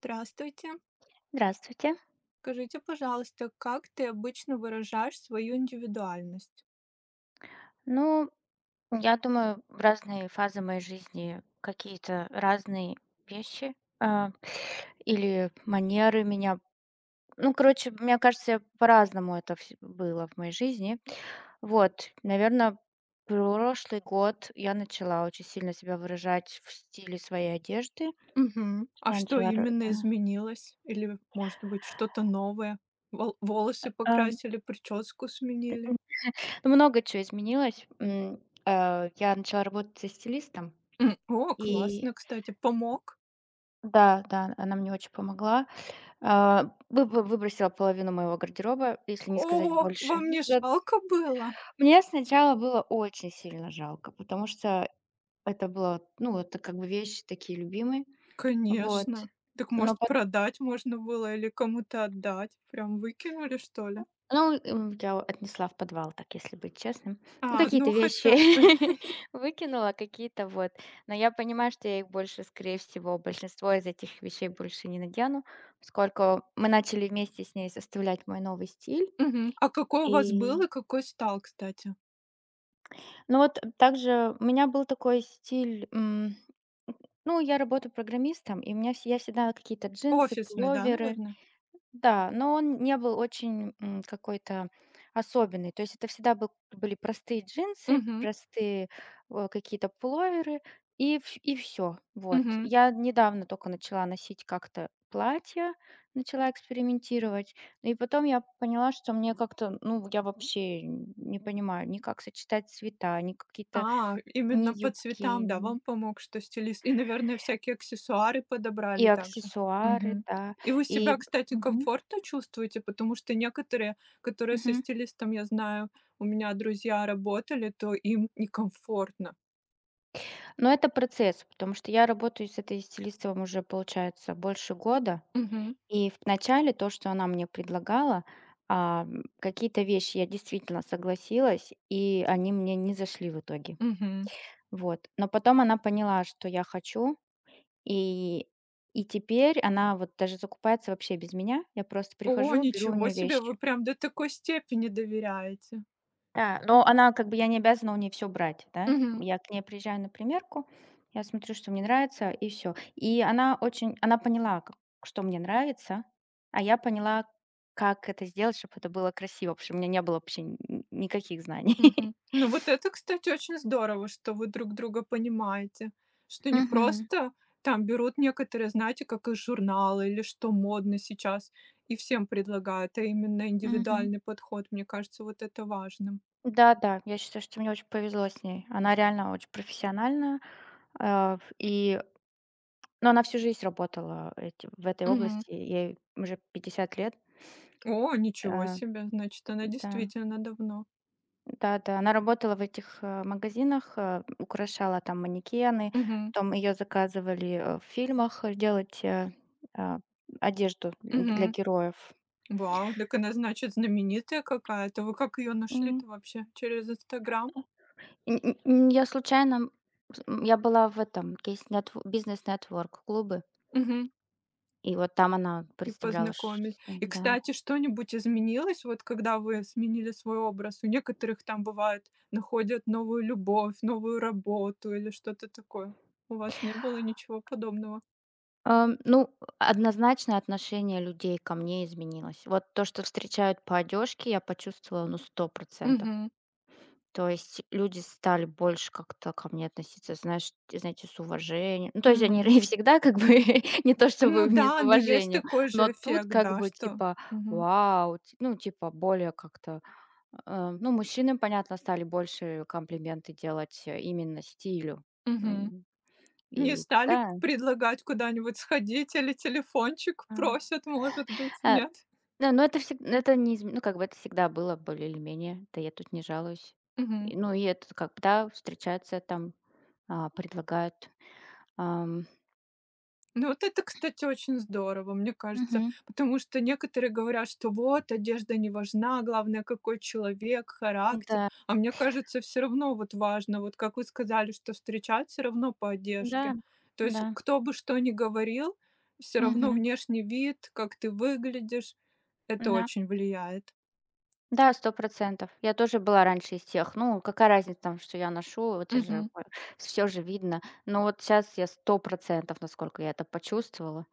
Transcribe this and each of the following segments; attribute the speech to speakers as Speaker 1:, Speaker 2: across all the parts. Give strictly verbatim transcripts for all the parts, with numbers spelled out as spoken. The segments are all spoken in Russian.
Speaker 1: Здравствуйте.
Speaker 2: Здравствуйте.
Speaker 1: Скажите, пожалуйста, как ты обычно выражаешь свою индивидуальность?
Speaker 2: Ну, я думаю, в разные фазы моей жизни какие-то разные вещи а, или манеры меня. Ну, короче, мне кажется, по-разному это вс- было в моей жизни. Вот, наверное, прошлый год я начала очень сильно себя выражать в стиле своей одежды.
Speaker 1: Мгм. А
Speaker 2: Я
Speaker 1: что
Speaker 2: начала. ра-
Speaker 1: именно изменилось? Или, может быть, что-то новое? Вол- волосы
Speaker 2: а,
Speaker 1: покрасили, прическу сменили?
Speaker 2: ну, много чего изменилось. М, э, Я начала работать со стилистом.
Speaker 1: М, О,
Speaker 2: И
Speaker 1: классно, кстати, помог.
Speaker 2: да, да, она мне очень помогла. А, вы вы выбросила половину моего гардероба, если не сказать
Speaker 1: О,
Speaker 2: больше.
Speaker 1: вам не
Speaker 2: Да.
Speaker 1: жалко было?
Speaker 2: Мне сначала было очень сильно жалко, потому что это было, ну, это как бы вещи такие любимые. Вот.
Speaker 1: Конечно. Так,
Speaker 2: Но
Speaker 1: может,
Speaker 2: пот
Speaker 1: продать можно было или кому-то отдать? Прям выкинули, что ли?
Speaker 2: ну, м, я отнесла в подвал, так если быть честным. Ну,
Speaker 1: А,
Speaker 2: какие-то
Speaker 1: ну
Speaker 2: вещи
Speaker 1: хотя.
Speaker 2: выкинула, какие-то вот. Но я понимаю, что я их больше, скорее всего, большинство из этих вещей больше не надену, поскольку мы начали вместе с ней составлять мой новый стиль.
Speaker 1: Мгм. А какой у вас
Speaker 2: И
Speaker 1: был и какой стал, кстати?
Speaker 2: Ну вот также у меня был такой стиль, м, ну, я работаю программистом, и у меня вс я всегда какие-то джинсы,
Speaker 1: Офисный, да,
Speaker 2: пуловеры.
Speaker 1: наверное?
Speaker 2: Да, но он не был очень, м, какой-то особенный. То есть это всегда был были простые джинсы,
Speaker 1: Мгм,
Speaker 2: простые, э, какие-то пуловеры и вс и все. Вот.
Speaker 1: мгм.
Speaker 2: Я недавно только начала носить как-то платья, начала экспериментировать. ну И потом я поняла, что мне как-то, ну, я вообще н- не понимаю, ни как сочетать цвета, ни какие-то,
Speaker 1: А,
Speaker 2: ни
Speaker 1: именно по
Speaker 2: юбки,
Speaker 1: цветам, да,
Speaker 2: ни
Speaker 1: вам помог, что стилист. И, наверное, всякие аксессуары
Speaker 2: и
Speaker 1: подобрали также.
Speaker 2: аксессуары,
Speaker 1: Мгм.
Speaker 2: да,
Speaker 1: И вы
Speaker 2: и.
Speaker 1: себя, кстати,
Speaker 2: Мгм.
Speaker 1: комфортно чувствуете? Потому что некоторые, которые со
Speaker 2: Мгм.
Speaker 1: стилистом, я знаю, у меня друзья работали, то им некомфортно.
Speaker 2: Но это процесс, потому что я работаю с этой стилистом уже, получается, больше года.
Speaker 1: Мгм,
Speaker 2: И в начале то, что она мне предлагала, а, м, какие-то вещи я действительно согласилась, и они мне не зашли в итоге.
Speaker 1: мгм.
Speaker 2: Вот. Но потом она поняла, что я хочу, и, и теперь она вот даже закупается вообще без меня. Я просто
Speaker 1: О,
Speaker 2: прихожу, беру у
Speaker 1: ничего
Speaker 2: нее
Speaker 1: себе,
Speaker 2: вещи.
Speaker 1: вы прям до такой степени доверяете.
Speaker 2: Да, но она как бы я не обязана у нее все брать, да.
Speaker 1: Мгм.
Speaker 2: Я к ней приезжаю на примерку, я смотрю, что мне нравится, и все. И она очень она поняла, к что мне нравится, а я поняла, как это сделать, чтобы это было красиво, потому что у меня не было вообще ни никаких знаний.
Speaker 1: Мгм. Ну вот это, кстати, очень здорово, что вы друг друга понимаете, что не
Speaker 2: Мгм,
Speaker 1: просто там берут некоторые, знаете, как из журнала или что модно сейчас, и всем предлагают, а именно
Speaker 2: мгм.
Speaker 1: индивидуальный подход. Мне кажется, вот это важным.
Speaker 2: Да-да, я считаю, что мне очень повезло с ней. Она реально очень профессиональная, а, ф и но она всю жизнь работала эти в этой
Speaker 1: Мгм.
Speaker 2: области, ей уже пятьдесят лет.
Speaker 1: О, ничего
Speaker 2: А,
Speaker 1: себе, значит, она
Speaker 2: да.
Speaker 1: действительно давно.
Speaker 2: Да-да, она работала в этих, э, магазинах, э, украшала там манекены,
Speaker 1: Мгм.
Speaker 2: потом ее заказывали, э, в фильмах, э, делать, э, э, одежду для
Speaker 1: Мгм.
Speaker 2: героев.
Speaker 1: Вау, так она, значит, знаменитая какая-то. Вы как ее
Speaker 2: М.
Speaker 1: нашли-то вообще? Через Инстаграм?
Speaker 2: Н н н Я случайно, м, с м, я была в этом бизнес нетворк клубы,
Speaker 1: Мгм.
Speaker 2: и вот там она
Speaker 1: И
Speaker 2: представляла. Ш
Speaker 1: познакомили. И,
Speaker 2: Да.
Speaker 1: кстати, что-нибудь изменилось, вот когда вы сменили свой образ? У некоторых там бывает, находят новую любовь, новую работу или что-то такое. У вас не было ничего подобного?
Speaker 2: Эм, ну, однозначно отношение людей ко мне изменилось. Вот то, что встречают по одежке, я почувствовала, ну, сто процентов.
Speaker 1: Мгм.
Speaker 2: То есть люди стали больше как-то ко мне относиться, знаешь, т знаете, с уважением. Ну, то есть они
Speaker 1: Мгм.
Speaker 2: и всегда как бы не то
Speaker 1: Ну
Speaker 2: чтобы не с
Speaker 1: да, но есть
Speaker 2: уважением,
Speaker 1: такой
Speaker 2: но
Speaker 1: же
Speaker 2: тут
Speaker 1: эффект,
Speaker 2: как
Speaker 1: да,
Speaker 2: бы
Speaker 1: что
Speaker 2: типа:
Speaker 1: Мгм.
Speaker 2: «Вау!» Ти Ну, типа более как-то, э, ну, мужчины, понятно, стали больше комплименты делать, э, именно стилю.
Speaker 1: Мгм.
Speaker 2: М,
Speaker 1: Не
Speaker 2: и
Speaker 1: стали
Speaker 2: да.
Speaker 1: предлагать куда-нибудь сходить или телефончик
Speaker 2: а,
Speaker 1: просят, может быть,
Speaker 2: Э,
Speaker 1: нет?
Speaker 2: да, но это всегда это не изм ну, как бы это всегда было более или менее, да я тут не жалуюсь.
Speaker 1: Мгм.
Speaker 2: И, ну, и это как, да, встречаются там, а, предлагают. Ам.
Speaker 1: Ну вот это, кстати, очень здорово, мне кажется,
Speaker 2: Мгм.
Speaker 1: потому что некоторые говорят, что вот одежда не важна, главное какой человек, характер,
Speaker 2: Да,
Speaker 1: а мне кажется, все равно вот важно, вот как вы сказали, что встречать все равно по
Speaker 2: да,
Speaker 1: одежке. То есть
Speaker 2: да,
Speaker 1: кто бы что ни говорил, все равно
Speaker 2: мгм,
Speaker 1: внешний вид, как ты выглядишь, это
Speaker 2: да.
Speaker 1: очень влияет.
Speaker 2: Да, сто процентов. Я тоже была раньше из тех. Ну, какая разница там, что я ношу, это же
Speaker 1: Угу,
Speaker 2: всё же видно. Но вот сейчас я сто процентов, насколько я это почувствовала,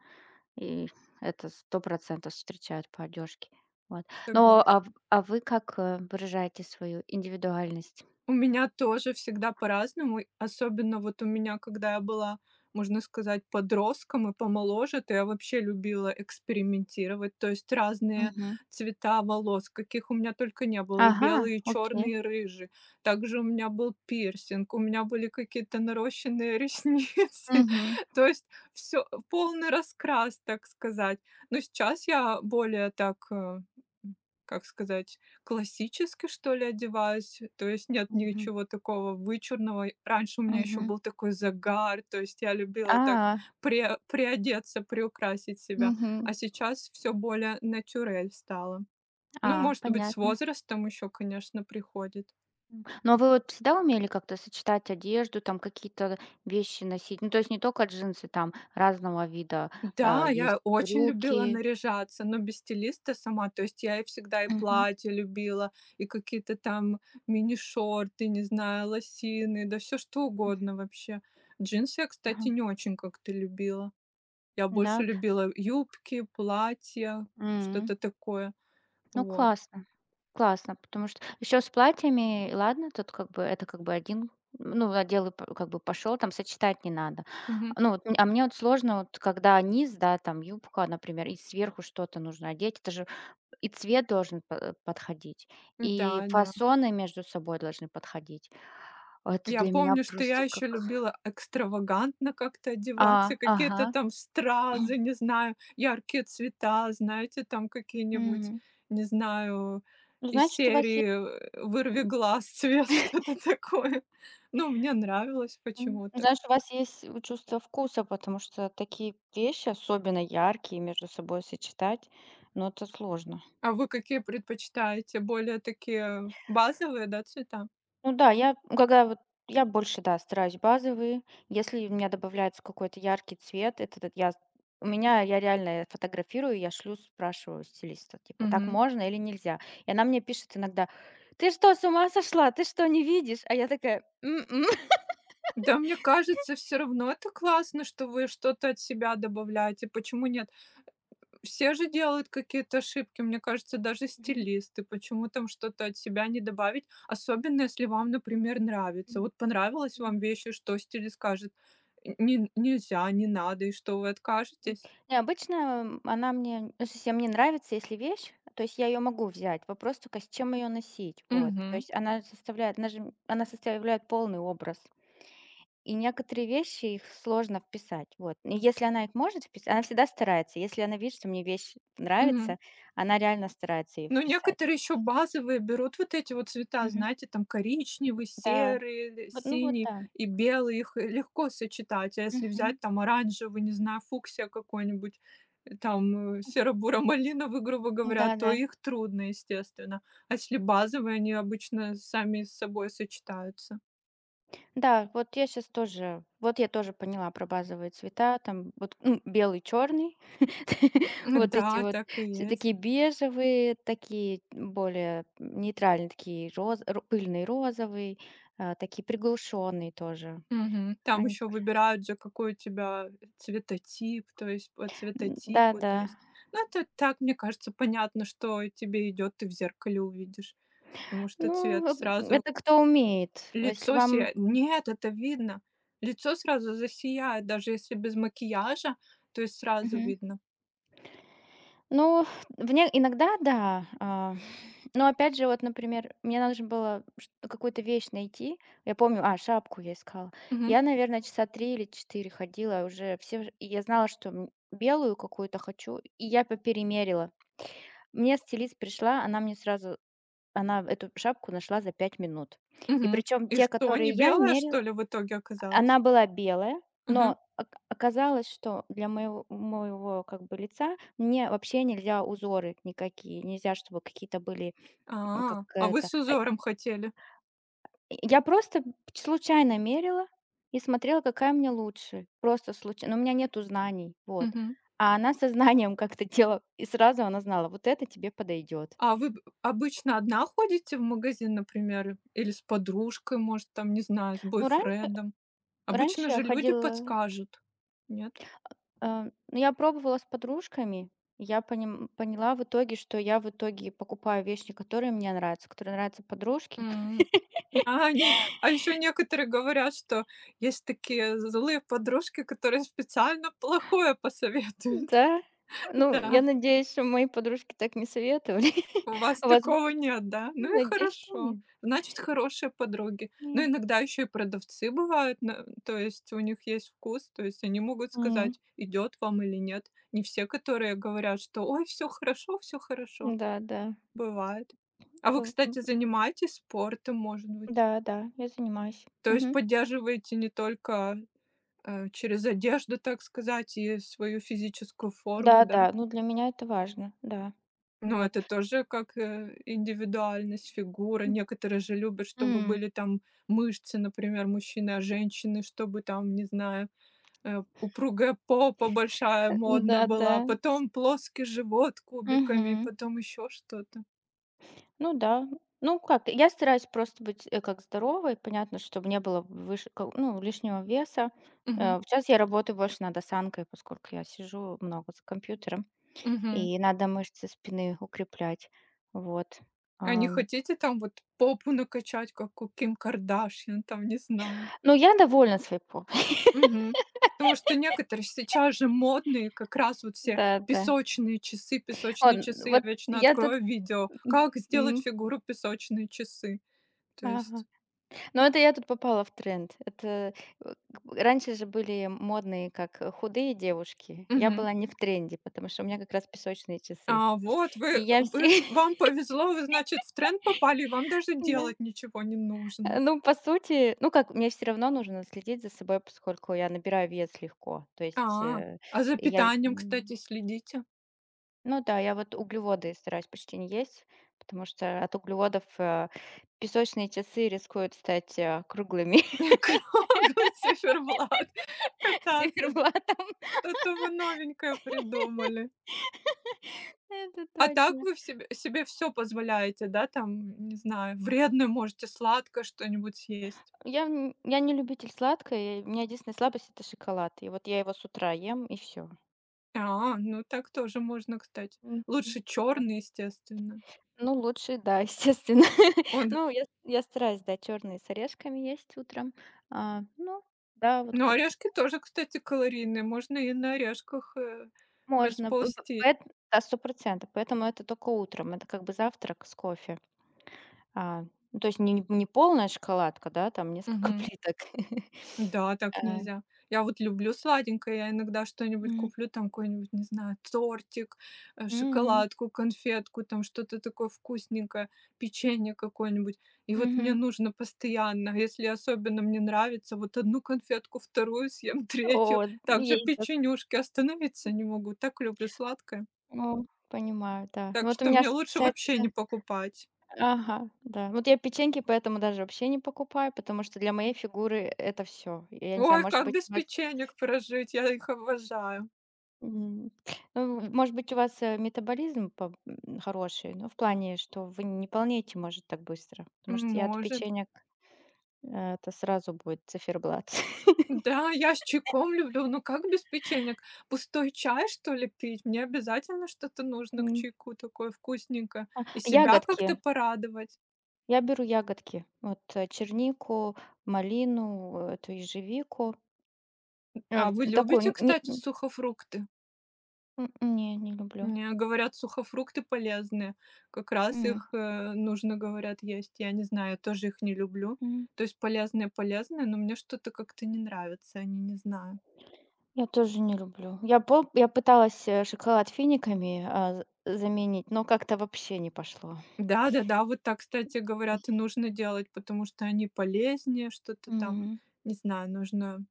Speaker 2: и это сто процентов встречают по одежке. Вот. Но,
Speaker 1: согласна.
Speaker 2: а в а вы как, э, выражаете свою индивидуальность?
Speaker 1: У меня тоже всегда по-разному, и особенно вот у меня, когда я была, можно сказать, подростком и помоложе, то я вообще любила экспериментировать, то есть разные
Speaker 2: Мгм.
Speaker 1: цвета волос, каких у меня только не было, и
Speaker 2: Ага,
Speaker 1: белые, и
Speaker 2: окей.
Speaker 1: черные, и рыжие. Также у меня был пирсинг, у меня были какие-то нарощенные ресницы,
Speaker 2: Мгм,
Speaker 1: то есть все полный раскрас, так сказать. Но сейчас я более так, э, как сказать, классически, что ли, одеваюсь, то есть нет
Speaker 2: мгм,
Speaker 1: ничего такого вычурного. Раньше у меня еще
Speaker 2: мгм.
Speaker 1: был такой загар, то есть я любила так
Speaker 2: А,
Speaker 1: пре- приодеться, приукрасить себя,
Speaker 2: Мгм.
Speaker 1: а сейчас все более натюрель стало. Ну,
Speaker 2: А,
Speaker 1: может быть, с
Speaker 2: понятно.
Speaker 1: возрастом еще, конечно, приходит.
Speaker 2: М. Ну, а вы вот всегда умели как-то сочетать одежду, там какие-то вещи носить? Ну, то есть не только джинсы, там разного вида, а,
Speaker 1: Да, я
Speaker 2: есть
Speaker 1: очень любила
Speaker 2: брюки.
Speaker 1: наряжаться, но без стилиста сама. То есть я и всегда и
Speaker 2: Мгм.
Speaker 1: платья любила, и какие-то там мини-шорты, не знаю, лосины, да все что
Speaker 2: М.
Speaker 1: угодно вообще. Джинсы я, кстати, не
Speaker 2: Ага.
Speaker 1: очень как-то любила. Я больше
Speaker 2: Да?
Speaker 1: любила юбки, платья,
Speaker 2: М.
Speaker 1: что-то такое.
Speaker 2: Ну,
Speaker 1: Вот.
Speaker 2: классно, классно, потому что еще с платьями, ладно, тут как бы это как бы один, ну, одел и п как бы пошел, там сочетать не надо.
Speaker 1: Мгм.
Speaker 2: Ну, вот, м- а мне вот сложно, вот когда низ, да, там юбка, например, и сверху что-то нужно одеть. Это же. И цвет должен по подходить, и
Speaker 1: Да, да.
Speaker 2: фасоны между собой должны подходить. Это
Speaker 1: Я
Speaker 2: для меня
Speaker 1: помню, что я
Speaker 2: просто как.
Speaker 1: еще любила экстравагантно как-то одеваться,
Speaker 2: А,
Speaker 1: какие-то
Speaker 2: ага.
Speaker 1: там стразы, не знаю, яркие цвета, знаете, там какие-нибудь,
Speaker 2: Мгм.
Speaker 1: не знаю,
Speaker 2: Ну,
Speaker 1: из
Speaker 2: значит, у вас есть.
Speaker 1: серии э, «Вырви глаз цвет», что-то такое. Ну, мне нравилось
Speaker 2: М,
Speaker 1: почему-то.
Speaker 2: значит, у вас есть, э, чувство вкуса, потому что такие вещи, особенно яркие, между собой сочетать, но это сложно.
Speaker 1: А вы какие предпочитаете? Более такие базовые, да, цвета?
Speaker 2: Ну да, я, м, когда вот я больше, да, стараюсь базовые. Если у меня добавляется какой-то яркий цвет, это этот я у меня я реально фотографирую, я шлю, спрашиваю стилиста, типа, так
Speaker 1: Мгм.
Speaker 2: можно или нельзя? И она мне пишет иногда: «Ты что, с ума сошла? Ты что, не видишь?» А я такая: «М-м».
Speaker 1: Да, мне кажется, все равно это классно, что вы что-то от себя добавляете. Почему нет? Все же делают какие-то ошибки, мне кажется, даже
Speaker 2: Мгм.
Speaker 1: стилисты. Почему там что-то от себя не добавить? Особенно, если вам, например, нравится.
Speaker 2: М.
Speaker 1: Вот понравилась
Speaker 2: Мгм.
Speaker 1: вам вещь, и что стилист скажет: "Н Не нельзя, не надо", и что, вы откажетесь?
Speaker 2: Не, обычно, м, она мне, ну, совсем не нравится, если вещь, то есть я ее могу взять. Вопрос только, с чем ее носить, вот. То
Speaker 1: Мгм,
Speaker 2: есть она составляет, она же, м, она составляет полный образ. И некоторые вещи их сложно вписать, вот. И если она их может вписать, она всегда старается. Если она видит, что мне вещь
Speaker 1: мгм.
Speaker 2: нравится, она реально старается ее
Speaker 1: Ну,
Speaker 2: вписать.
Speaker 1: некоторые еще базовые берут вот эти вот цвета,
Speaker 2: Мгм.
Speaker 1: знаете, там коричневый,
Speaker 2: Да,
Speaker 1: серый,
Speaker 2: вот, ну вот
Speaker 1: синий
Speaker 2: да.
Speaker 1: и белый, их э, легко сочетать. А если
Speaker 2: Мгм.
Speaker 1: взять там оранжевый, не знаю, фуксия какой-нибудь, э, там э, серо-буро-малиновый, грубо говоря, то
Speaker 2: Да-да.
Speaker 1: их трудно, естественно. А если базовые, они обычно сами с собой сочетаются.
Speaker 2: Да, да, вот я сейчас тоже вот я тоже поняла про базовые цвета, там вот, ну, белый, черный, вот эти
Speaker 1: Да,
Speaker 2: вот
Speaker 1: так и
Speaker 2: все
Speaker 1: есть.
Speaker 2: такие бежевые, такие более нейтральные, такие роз ро пыльный розовый, а, такие приглушенные тоже.
Speaker 1: Мгм. Там
Speaker 2: Они.
Speaker 1: еще выбирают же, какой у тебя цветотип, то есть по
Speaker 2: М,
Speaker 1: цветотипу, то
Speaker 2: да-да.
Speaker 1: есть. Ну, это так, мне кажется, понятно, что тебе идет, ты в зеркале увидишь, потому что
Speaker 2: Ну,
Speaker 1: цвет
Speaker 2: э,
Speaker 1: сразу
Speaker 2: это кто умеет. Вот. Если
Speaker 1: лицо
Speaker 2: вам.
Speaker 1: сияет. Нет, это видно. Лицо сразу засияет, даже если без макияжа, то есть сразу
Speaker 2: Мгм.
Speaker 1: видно.
Speaker 2: Ну, вне иногда да. А, но опять же, вот, например, мне нужно было чт какую-то вещь найти. Я помню, а, шапку я искала.
Speaker 1: Мгм.
Speaker 2: Я, наверное, часа три или четыре ходила уже, все уже и я знала, что, м, белую какую-то хочу, и я поперемерила. Мне стилист пришла, она мне сразу она эту шапку нашла за пять минут. И
Speaker 1: Мгм.
Speaker 2: причем
Speaker 1: И
Speaker 2: те,
Speaker 1: что, не
Speaker 2: которые я
Speaker 1: белое,
Speaker 2: мерила.
Speaker 1: что ли, в итоге оказалось?
Speaker 2: Она была белая,
Speaker 1: Мгм.
Speaker 2: но ока оказалось, что для моего моего как бы лица мне вообще нельзя узоры никакие, нельзя, чтобы какие-то были, ну, как
Speaker 1: А, а вы
Speaker 2: это.
Speaker 1: с узором хотели?
Speaker 2: И я просто случайно мерила и смотрела, какая мне лучше. Просто случайно. У меня нету знаний, вот.
Speaker 1: Мгм.
Speaker 2: А она со знанием как-то делала, и сразу она знала: вот это тебе подойдет.
Speaker 1: А вы б обычно одна ходите в магазин, например, или с подружкой, может, там, не знаю, с
Speaker 2: Ну, рань
Speaker 1: бойфрендом? Обычно
Speaker 2: раньше я
Speaker 1: же люди
Speaker 2: ходила.
Speaker 1: подскажут. Нет?
Speaker 2: А, ну, я пробовала с подружками. Я поним поняла в итоге, что я в итоге покупаю вещи, которые мне нравятся, которые нравятся подружке.
Speaker 1: М. А они А еще некоторые говорят, что есть такие злые подружки, которые специально плохое посоветуют.
Speaker 2: Да. Ну, я
Speaker 1: Да.
Speaker 2: надеюсь, что мои подружки так не советовали.
Speaker 1: У вас
Speaker 2: А вас.
Speaker 1: такого нет, да? Ну и
Speaker 2: Надеюсь, что
Speaker 1: хорошо.
Speaker 2: нет.
Speaker 1: Значит, хорошие подруги. Но
Speaker 2: Не.
Speaker 1: иногда еще и продавцы бывают, на- то есть у них есть вкус, то есть они могут
Speaker 2: М.
Speaker 1: сказать, идет вам или нет. Не все, которые говорят, что ой, все хорошо, все хорошо.
Speaker 2: Да, да.
Speaker 1: Бывает. А
Speaker 2: П
Speaker 1: вы,
Speaker 2: м.
Speaker 1: кстати, занимаетесь спортом, может быть?
Speaker 2: Да, да, я занимаюсь.
Speaker 1: То есть
Speaker 2: Мгм.
Speaker 1: поддерживаете не только э, через одежду, так сказать, и свою физическую форму,
Speaker 2: Да,
Speaker 1: да?
Speaker 2: да, ну, для меня это важно, да.
Speaker 1: Но
Speaker 2: Вот.
Speaker 1: это тоже как, э, индивидуальность, фигура.
Speaker 2: М.
Speaker 1: Некоторые же любят, чтобы
Speaker 2: М.
Speaker 1: были там мышцы, например, мужчины, а женщины, чтобы там, не знаю, э, упругая попа большая, модно
Speaker 2: Да,
Speaker 1: была,
Speaker 2: да.
Speaker 1: потом плоский живот кубиками,
Speaker 2: Мгм.
Speaker 1: потом еще что-то.
Speaker 2: Ну да. Ну как, я стараюсь просто быть, э, как здоровой. Понятно, чтобы не было выше, ко- ну, лишнего веса.
Speaker 1: Мгм,
Speaker 2: Э, Сейчас я работаю больше над осанкой, поскольку я сижу много за компьютером,
Speaker 1: мгм.
Speaker 2: и надо мышцы спины укреплять. Вот.
Speaker 1: А не
Speaker 2: Ам,
Speaker 1: хотите там вот попу накачать, как у Ким Кардашьян, там, не знаю?
Speaker 2: Ну, я довольна своей попой.
Speaker 1: Мгм. Потому что некоторые сейчас же модные как раз вот все
Speaker 2: Да, да.
Speaker 1: песочные часы, песочные
Speaker 2: Он,
Speaker 1: часы. Я
Speaker 2: вот
Speaker 1: вечно
Speaker 2: я тут.
Speaker 1: открою видео, как сделать
Speaker 2: М,
Speaker 1: фигуру песочные часы. То есть,
Speaker 2: ага. Но это я тут попала в тренд. Это э, к раньше же были модные, как, э, худые девушки. Я
Speaker 1: мгм.
Speaker 2: была не в тренде, потому что у меня как раз песочные часы.
Speaker 1: А вот
Speaker 2: И
Speaker 1: вы,
Speaker 2: я
Speaker 1: вы
Speaker 2: все
Speaker 1: с- вам повезло, вы, значит, в тренд попали, и вам даже
Speaker 2: да.
Speaker 1: делать ничего не
Speaker 2: Э,
Speaker 1: нужно.
Speaker 2: ну, по сути, ну как, мне все равно нужно следить за собой, поскольку я набираю вес легко. То
Speaker 1: А,
Speaker 2: есть, э,
Speaker 1: а за
Speaker 2: я,
Speaker 1: питанием, кстати,
Speaker 2: м,
Speaker 1: следите.
Speaker 2: ну да, я вот углеводы стараюсь почти не есть, потому что от углеводов, э, песочные часы рискуют стать, э, круглыми
Speaker 1: Круглый циферблат кататься, да.
Speaker 2: циферблатом.
Speaker 1: Что-то вы новенькое придумали.
Speaker 2: Это
Speaker 1: А так
Speaker 2: точно.
Speaker 1: вы в себе себе все позволяете, да, там, не знаю, вредное можете, сладкое что-нибудь съесть?
Speaker 2: Я н я не любитель сладкого, и у меня единственная слабость — это шоколад. И вот я его с утра ем, и все.
Speaker 1: А, ну так тоже можно, кстати.
Speaker 2: Мгм.
Speaker 1: Лучше
Speaker 2: Да.
Speaker 1: черный, естественно.
Speaker 2: Ну, лучше, да, естественно.
Speaker 1: Он
Speaker 2: Ну, я я стараюсь, да, черные с орешками есть утром. А, ну да, вот
Speaker 1: Ну,
Speaker 2: как-то
Speaker 1: орешки тоже, кстати, калорийные, можно и на орешках, э,
Speaker 2: можно. П п
Speaker 1: расползти.
Speaker 2: поэт Да, сто. Поэтому это только утром. Это как бы завтрак с кофе. А, ну, то есть не не полная шоколадка, да, там несколько
Speaker 1: Мгм.
Speaker 2: плиток.
Speaker 1: Да, так
Speaker 2: А,
Speaker 1: нельзя. Я вот люблю сладенькое, я иногда что-нибудь
Speaker 2: м.
Speaker 1: куплю, там какой-нибудь, не знаю, тортик, э,
Speaker 2: М.
Speaker 1: шоколадку, конфетку, там что-то такое вкусненькое, печенье какое-нибудь. И вот мне
Speaker 2: Мгм.
Speaker 1: нужно постоянно, если особенно мне нравится, вот одну конфетку, вторую съем,
Speaker 2: О,
Speaker 1: третью, также
Speaker 2: есть да.
Speaker 1: печенюшки, остановиться не могу, так люблю сладкое.
Speaker 2: Ну, понимаю, да. Ну,
Speaker 1: Так
Speaker 2: вот у
Speaker 1: что
Speaker 2: меня,
Speaker 1: мне
Speaker 2: что
Speaker 1: лучше вообще
Speaker 2: касается.
Speaker 1: не покупать.
Speaker 2: Ага, да. Вот я печеньки поэтому даже вообще не покупаю, потому что для моей фигуры это все. Я не знаю,
Speaker 1: Ой,
Speaker 2: может
Speaker 1: как
Speaker 2: быть,
Speaker 1: без
Speaker 2: у вас,
Speaker 1: печенек прожить, я их обожаю.
Speaker 2: м, ну, может быть, у вас, э, метаболизм по м, хороший, но в плане, что вы не полнеете, может, так быстро. Потому что я от
Speaker 1: Может.
Speaker 2: печенек, э, это сразу будет циферблат.
Speaker 1: Да, я с чайком люблю, ну как без печенек? Пустой чай, что ли, пить? Мне обязательно что-то нужно к
Speaker 2: М.
Speaker 1: чайку такое вкусненькое
Speaker 2: А,
Speaker 1: и себя
Speaker 2: ягодки.
Speaker 1: как-то порадовать.
Speaker 2: Я беру ягодки. Вот, э, чернику, малину, э, эту ежевику. Э,
Speaker 1: А вы любите,
Speaker 2: Такую не.
Speaker 1: кстати, сухофрукты?
Speaker 2: М, не, не люблю.
Speaker 1: Мне говорят, сухофрукты полезные. Как раз
Speaker 2: М,
Speaker 1: их, э, нужно, говорят, есть. Я не знаю, я тоже их не люблю.
Speaker 2: м.
Speaker 1: То есть полезные полезные, но мне что-то как-то не нравится, они, не знаю.
Speaker 2: Я тоже не люблю. Я по я пыталась, э, шоколад финиками, а, з заменить, но как-то вообще не пошло.
Speaker 1: Да-да-да, вот так, кстати, говорят, и нужно делать, потому что они полезнее, что-то там,
Speaker 2: М,
Speaker 1: не знаю, нужно,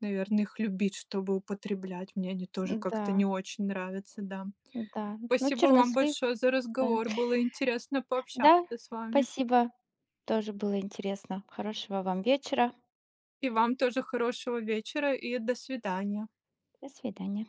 Speaker 1: наверное, их любить, чтобы употреблять. Мне они тоже как-то
Speaker 2: да,
Speaker 1: не очень нравятся, да.
Speaker 2: да. Ну,
Speaker 1: Спасибо вам
Speaker 2: чернослив,
Speaker 1: большое за
Speaker 2: да.
Speaker 1: разговор. Было интересно пообщаться
Speaker 2: Да,
Speaker 1: с вами.
Speaker 2: спасибо, тоже было интересно. Хорошего вам вечера.
Speaker 1: И вам тоже хорошего вечера и до свидания.
Speaker 2: До свидания.